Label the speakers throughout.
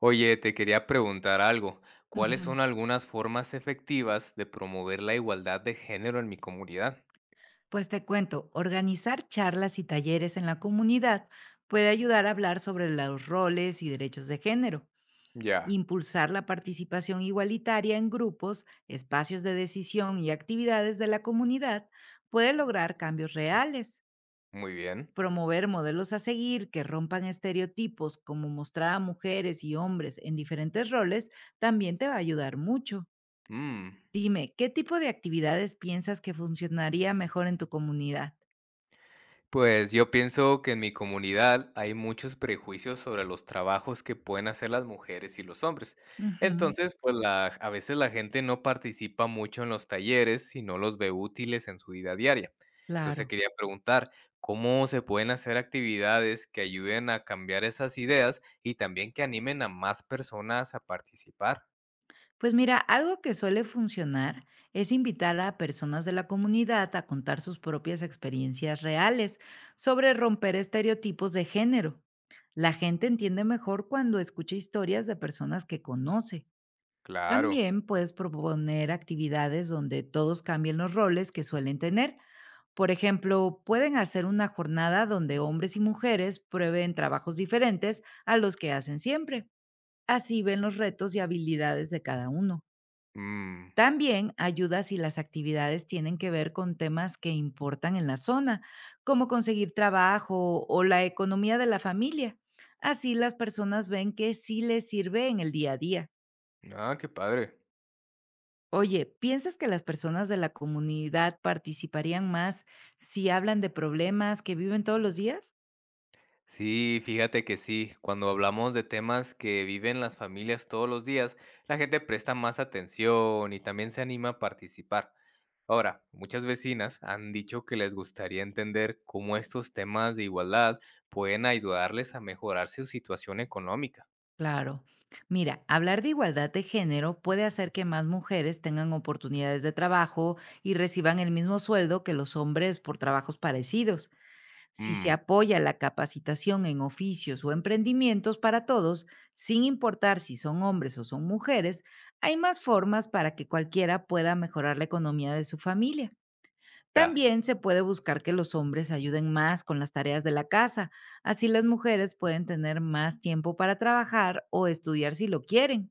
Speaker 1: Oye, te quería preguntar algo. ¿Cuáles
Speaker 2: Ujú.
Speaker 1: son algunas formas efectivas de promover la igualdad de género en mi comunidad?
Speaker 2: Pues te cuento, organizar charlas y talleres en la comunidad puede ayudar a hablar sobre los roles y derechos de género,
Speaker 1: Ya,
Speaker 2: impulsar la participación igualitaria en grupos, espacios de decisión y actividades de la comunidad puede lograr cambios reales.
Speaker 1: muy bien.
Speaker 2: Promover modelos a seguir que rompan estereotipos, como mostrar a mujeres y hombres en diferentes roles, también te va a ayudar mucho.
Speaker 1: Mm.
Speaker 2: Dime, ¿qué tipo de actividades piensas que funcionaría mejor en tu comunidad?
Speaker 1: Pues yo pienso que en mi comunidad hay muchos prejuicios sobre los trabajos que pueden hacer las mujeres y los hombres.
Speaker 2: Ujú,
Speaker 1: Entonces, pues a veces la gente no participa mucho en los talleres y no los ve útiles en su vida diaria. Entonces te
Speaker 2: claro.
Speaker 1: quería preguntar, ¿cómo se pueden hacer actividades que ayuden a cambiar esas ideas y también que animen a más personas a participar?
Speaker 2: Pues mira, algo que suele funcionar es invitar a personas de la comunidad a contar sus propias experiencias reales sobre romper estereotipos de género. La gente entiende mejor cuando escucha historias de personas que conoce.
Speaker 1: Claro.
Speaker 2: También puedes proponer actividades donde todos cambien los roles que suelen tener. Por ejemplo, pueden hacer una jornada donde hombres y mujeres prueben trabajos diferentes a los que hacen siempre. Así ven los retos y habilidades de cada uno.
Speaker 1: Mm.
Speaker 2: También ayuda si las actividades tienen que ver con temas que importan en la zona, como conseguir trabajo o la economía de la familia. Así las personas ven que sí les sirve en el día a día.
Speaker 1: Ah, qué padre.
Speaker 2: Oye, ¿piensas que las personas de la comunidad participarían más si hablan de problemas que viven todos los días?
Speaker 1: Sí, fíjate que sí, cuando hablamos de temas que viven las familias todos los días, la gente presta más atención y también se anima a participar. Ahora, muchas vecinas han dicho que les gustaría entender cómo estos temas de igualdad pueden ayudarles a mejorar su situación económica.
Speaker 2: Claro. Mira, hablar de igualdad de género puede hacer que más mujeres tengan oportunidades de trabajo y reciban el mismo sueldo que los hombres por trabajos parecidos. Si se
Speaker 1: Mm,
Speaker 2: apoya la capacitación en oficios o emprendimientos para todos, sin importar si son hombres o son mujeres, hay más formas para que cualquiera pueda mejorar la economía de su familia.
Speaker 1: ya,
Speaker 2: También se puede buscar que los hombres ayuden más con las tareas de la casa, así las mujeres pueden tener más tiempo para trabajar o estudiar si lo quieren.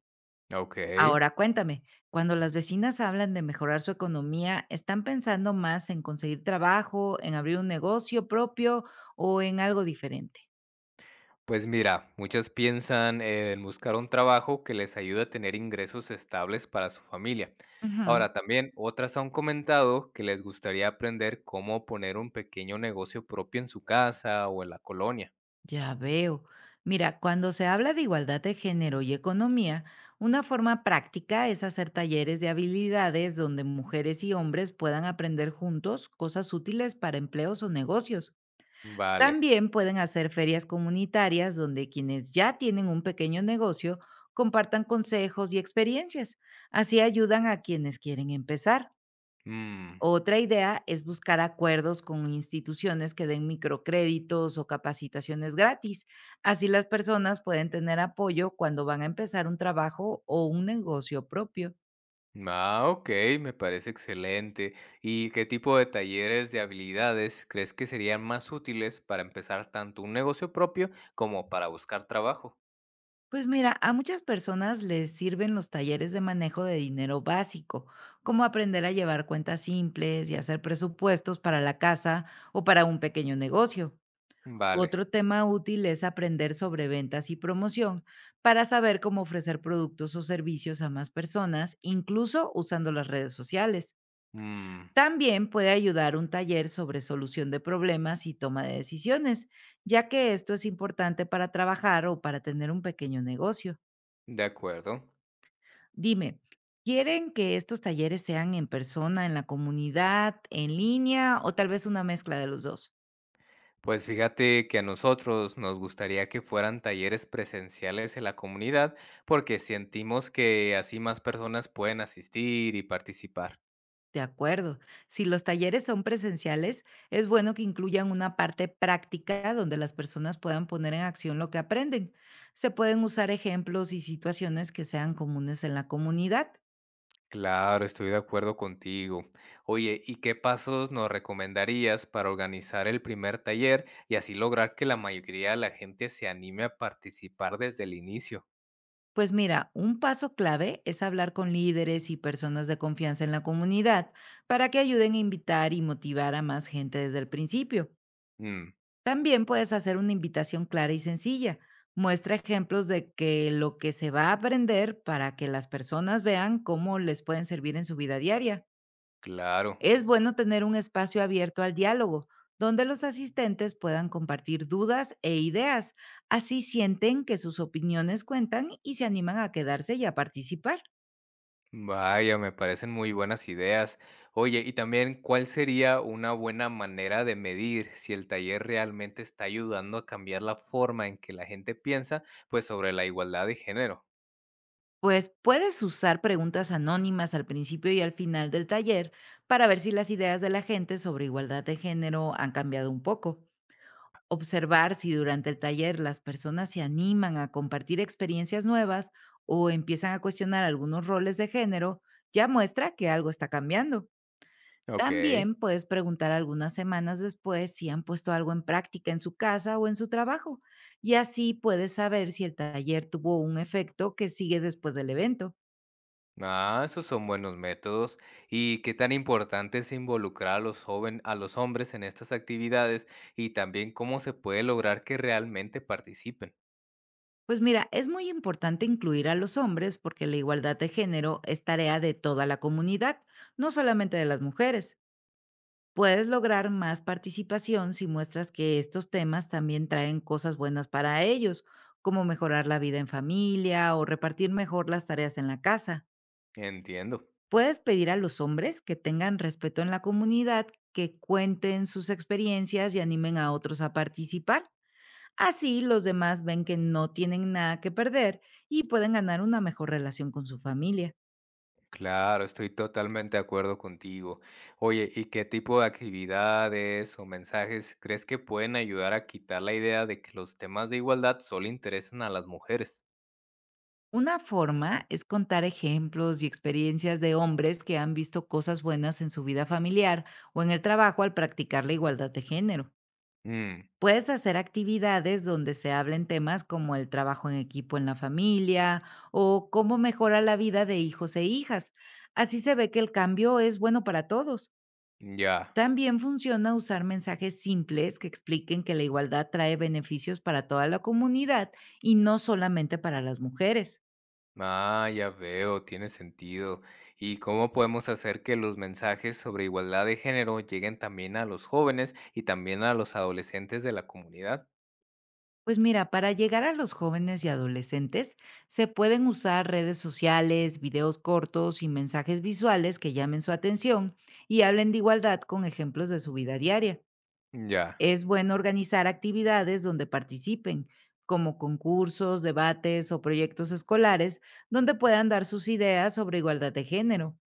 Speaker 1: ok.
Speaker 2: Ahora cuéntame, cuando las vecinas hablan de mejorar su economía, ¿están pensando más en conseguir trabajo, en abrir un negocio propio o en algo diferente?
Speaker 1: Pues mira, muchas piensan en buscar un trabajo que les ayude a tener ingresos estables para su familia.
Speaker 2: Ujú.
Speaker 1: Ahora, también otras han comentado que les gustaría aprender cómo poner un pequeño negocio propio en su casa o en la colonia.
Speaker 2: Ya veo. Mira, cuando se habla de igualdad de género y economía, una forma práctica es hacer talleres de habilidades donde mujeres y hombres puedan aprender juntos cosas útiles para empleos o negocios.
Speaker 1: Vale.
Speaker 2: También pueden hacer ferias comunitarias donde quienes ya tienen un pequeño negocio compartan consejos y experiencias. Así ayudan a quienes quieren empezar.
Speaker 1: Mm.
Speaker 2: Otra idea es buscar acuerdos con instituciones que den microcréditos o capacitaciones gratis. Así las personas pueden tener apoyo cuando van a empezar un trabajo o un negocio propio.
Speaker 1: Ah, ok, me parece excelente. ¿Y qué tipo de talleres de habilidades crees que serían más útiles para empezar tanto un negocio propio como para buscar trabajo?
Speaker 2: Pues mira, a muchas personas les sirven los talleres de manejo de dinero básico, como aprender a llevar cuentas simples y hacer presupuestos para la casa o para un pequeño negocio.
Speaker 1: Vale.
Speaker 2: Otro tema útil es aprender sobre ventas y promoción para saber cómo ofrecer productos o servicios a más personas, incluso usando las redes sociales.
Speaker 1: Mm.
Speaker 2: También puede ayudar un taller sobre solución de problemas y toma de decisiones, ya que esto es importante para trabajar o para tener un pequeño negocio.
Speaker 1: De acuerdo.
Speaker 2: Dime, ¿quieren que estos talleres sean en persona, en la comunidad, en línea o tal vez una mezcla de los dos?
Speaker 1: Pues fíjate que a nosotros nos gustaría que fueran talleres presenciales en la comunidad porque sentimos que así más personas pueden asistir y participar.
Speaker 2: De acuerdo. Si los talleres son presenciales, es bueno que incluyan una parte práctica donde las personas puedan poner en acción lo que aprenden. Se pueden usar ejemplos y situaciones que sean comunes en la comunidad.
Speaker 1: Claro, estoy de acuerdo contigo. Oye, ¿y qué pasos nos recomendarías para organizar el primer taller y así lograr que la mayoría de la gente se anime a participar desde el inicio?
Speaker 2: Pues mira, un paso clave es hablar con líderes y personas de confianza en la comunidad para que ayuden a invitar y motivar a más gente desde el principio.
Speaker 1: Mm,
Speaker 2: También puedes hacer una invitación clara y sencilla. Muestra ejemplos de que lo que se va a aprender para que las personas vean cómo les pueden servir en su vida diaria.
Speaker 1: claro.
Speaker 2: Es bueno tener un espacio abierto al diálogo, donde los asistentes puedan compartir dudas e ideas. Así sienten que sus opiniones cuentan y se animan a quedarse y a participar.
Speaker 1: Vaya, me parecen muy buenas ideas. Oye, y también, ¿cuál sería una buena manera de medir si el taller realmente está ayudando a cambiar la forma en que la gente piensa, pues sobre la igualdad de género?
Speaker 2: Pues puedes usar preguntas anónimas al principio y al final del taller para ver si las ideas de la gente sobre igualdad de género han cambiado un poco. Observar si durante el taller las personas se animan a compartir experiencias nuevas o empiezan a cuestionar algunos roles de género, ya muestra que algo está cambiando.
Speaker 1: Ok.
Speaker 2: También puedes preguntar algunas semanas después si han puesto algo en práctica en su casa o en su trabajo, y así puedes saber si el taller tuvo un efecto que sigue después del evento.
Speaker 1: Ah, esos son buenos métodos. ¿Y qué tan importante es involucrar a a los hombres en estas actividades y también cómo se puede lograr que realmente participen?
Speaker 2: Pues mira, es muy importante incluir a los hombres porque la igualdad de género es tarea de toda la comunidad, no solamente de las mujeres. Puedes lograr más participación si muestras que estos temas también traen cosas buenas para ellos, como mejorar la vida en familia o repartir mejor las tareas en la casa.
Speaker 1: Entiendo.
Speaker 2: Puedes pedir a los hombres que tengan respeto en la comunidad, que cuenten sus experiencias y animen a otros a participar. Así los demás ven que no tienen nada que perder y pueden ganar una mejor relación con su familia.
Speaker 1: Claro, estoy totalmente de acuerdo contigo. Oye, ¿y qué tipo de actividades o mensajes crees que pueden ayudar a quitar la idea de que los temas de igualdad solo interesan a las mujeres?
Speaker 2: Una forma es contar ejemplos y experiencias de hombres que han visto cosas buenas en su vida familiar o en el trabajo al practicar la igualdad de género.
Speaker 1: Mm,
Speaker 2: Puedes hacer actividades donde se hablen temas como el trabajo en equipo en la familia o cómo mejora la vida de hijos e hijas. Así se ve que el cambio es bueno para todos.
Speaker 1: ya.
Speaker 2: También funciona usar mensajes simples que expliquen que la igualdad trae beneficios para toda la comunidad y no solamente para las mujeres.
Speaker 1: Ah, ya veo, tiene sentido. ¿Y cómo podemos hacer que los mensajes sobre igualdad de género lleguen también a los jóvenes y también a los adolescentes de la comunidad?
Speaker 2: Pues mira, para llegar a los jóvenes y adolescentes se pueden usar redes sociales, videos cortos y mensajes visuales que llamen su atención y hablen de igualdad con ejemplos de su vida diaria.
Speaker 1: Ya,
Speaker 2: Es bueno organizar actividades donde participen, como concursos, debates o proyectos escolares, donde puedan dar sus ideas sobre igualdad de género.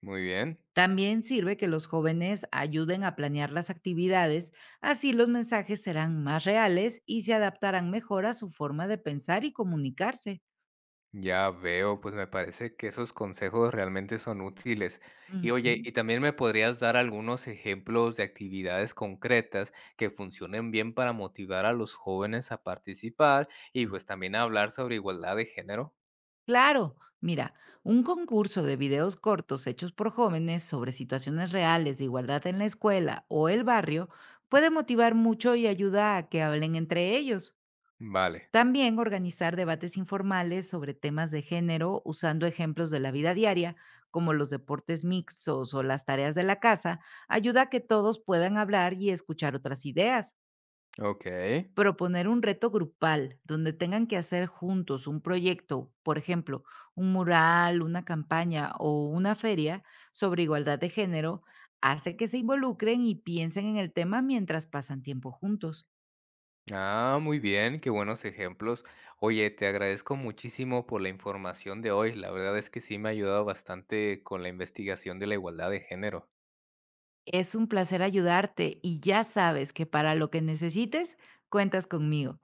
Speaker 1: muy bien.
Speaker 2: También sirve que los jóvenes ayuden a planear las actividades, así los mensajes serán más reales y se adaptarán mejor a su forma de pensar y comunicarse.
Speaker 1: Ya veo, pues me parece que esos consejos realmente son útiles. Y oye,
Speaker 2: Ujú.
Speaker 1: ¿y también me podrías dar algunos ejemplos de actividades concretas que funcionen bien para motivar a los jóvenes a participar y pues también hablar sobre igualdad de género?
Speaker 2: Claro, mira, un concurso de videos cortos hechos por jóvenes sobre situaciones reales de igualdad en la escuela o el barrio puede motivar mucho y ayuda a que hablen entre ellos.
Speaker 1: Vale,
Speaker 2: También organizar debates informales sobre temas de género usando ejemplos de la vida diaria, como los deportes mixtos o las tareas de la casa, ayuda a que todos puedan hablar y escuchar otras ideas.
Speaker 1: ok.
Speaker 2: Proponer un reto grupal donde tengan que hacer juntos un proyecto, por ejemplo, un mural, una campaña o una feria sobre igualdad de género, hace que se involucren y piensen en el tema mientras pasan tiempo juntos.
Speaker 1: Ah, muy bien, qué buenos ejemplos. Oye, te agradezco muchísimo por la información de hoy. La verdad es que sí me ha ayudado bastante con la investigación de la igualdad de género.
Speaker 2: Es un placer ayudarte y ya sabes que para lo que necesites, cuentas conmigo.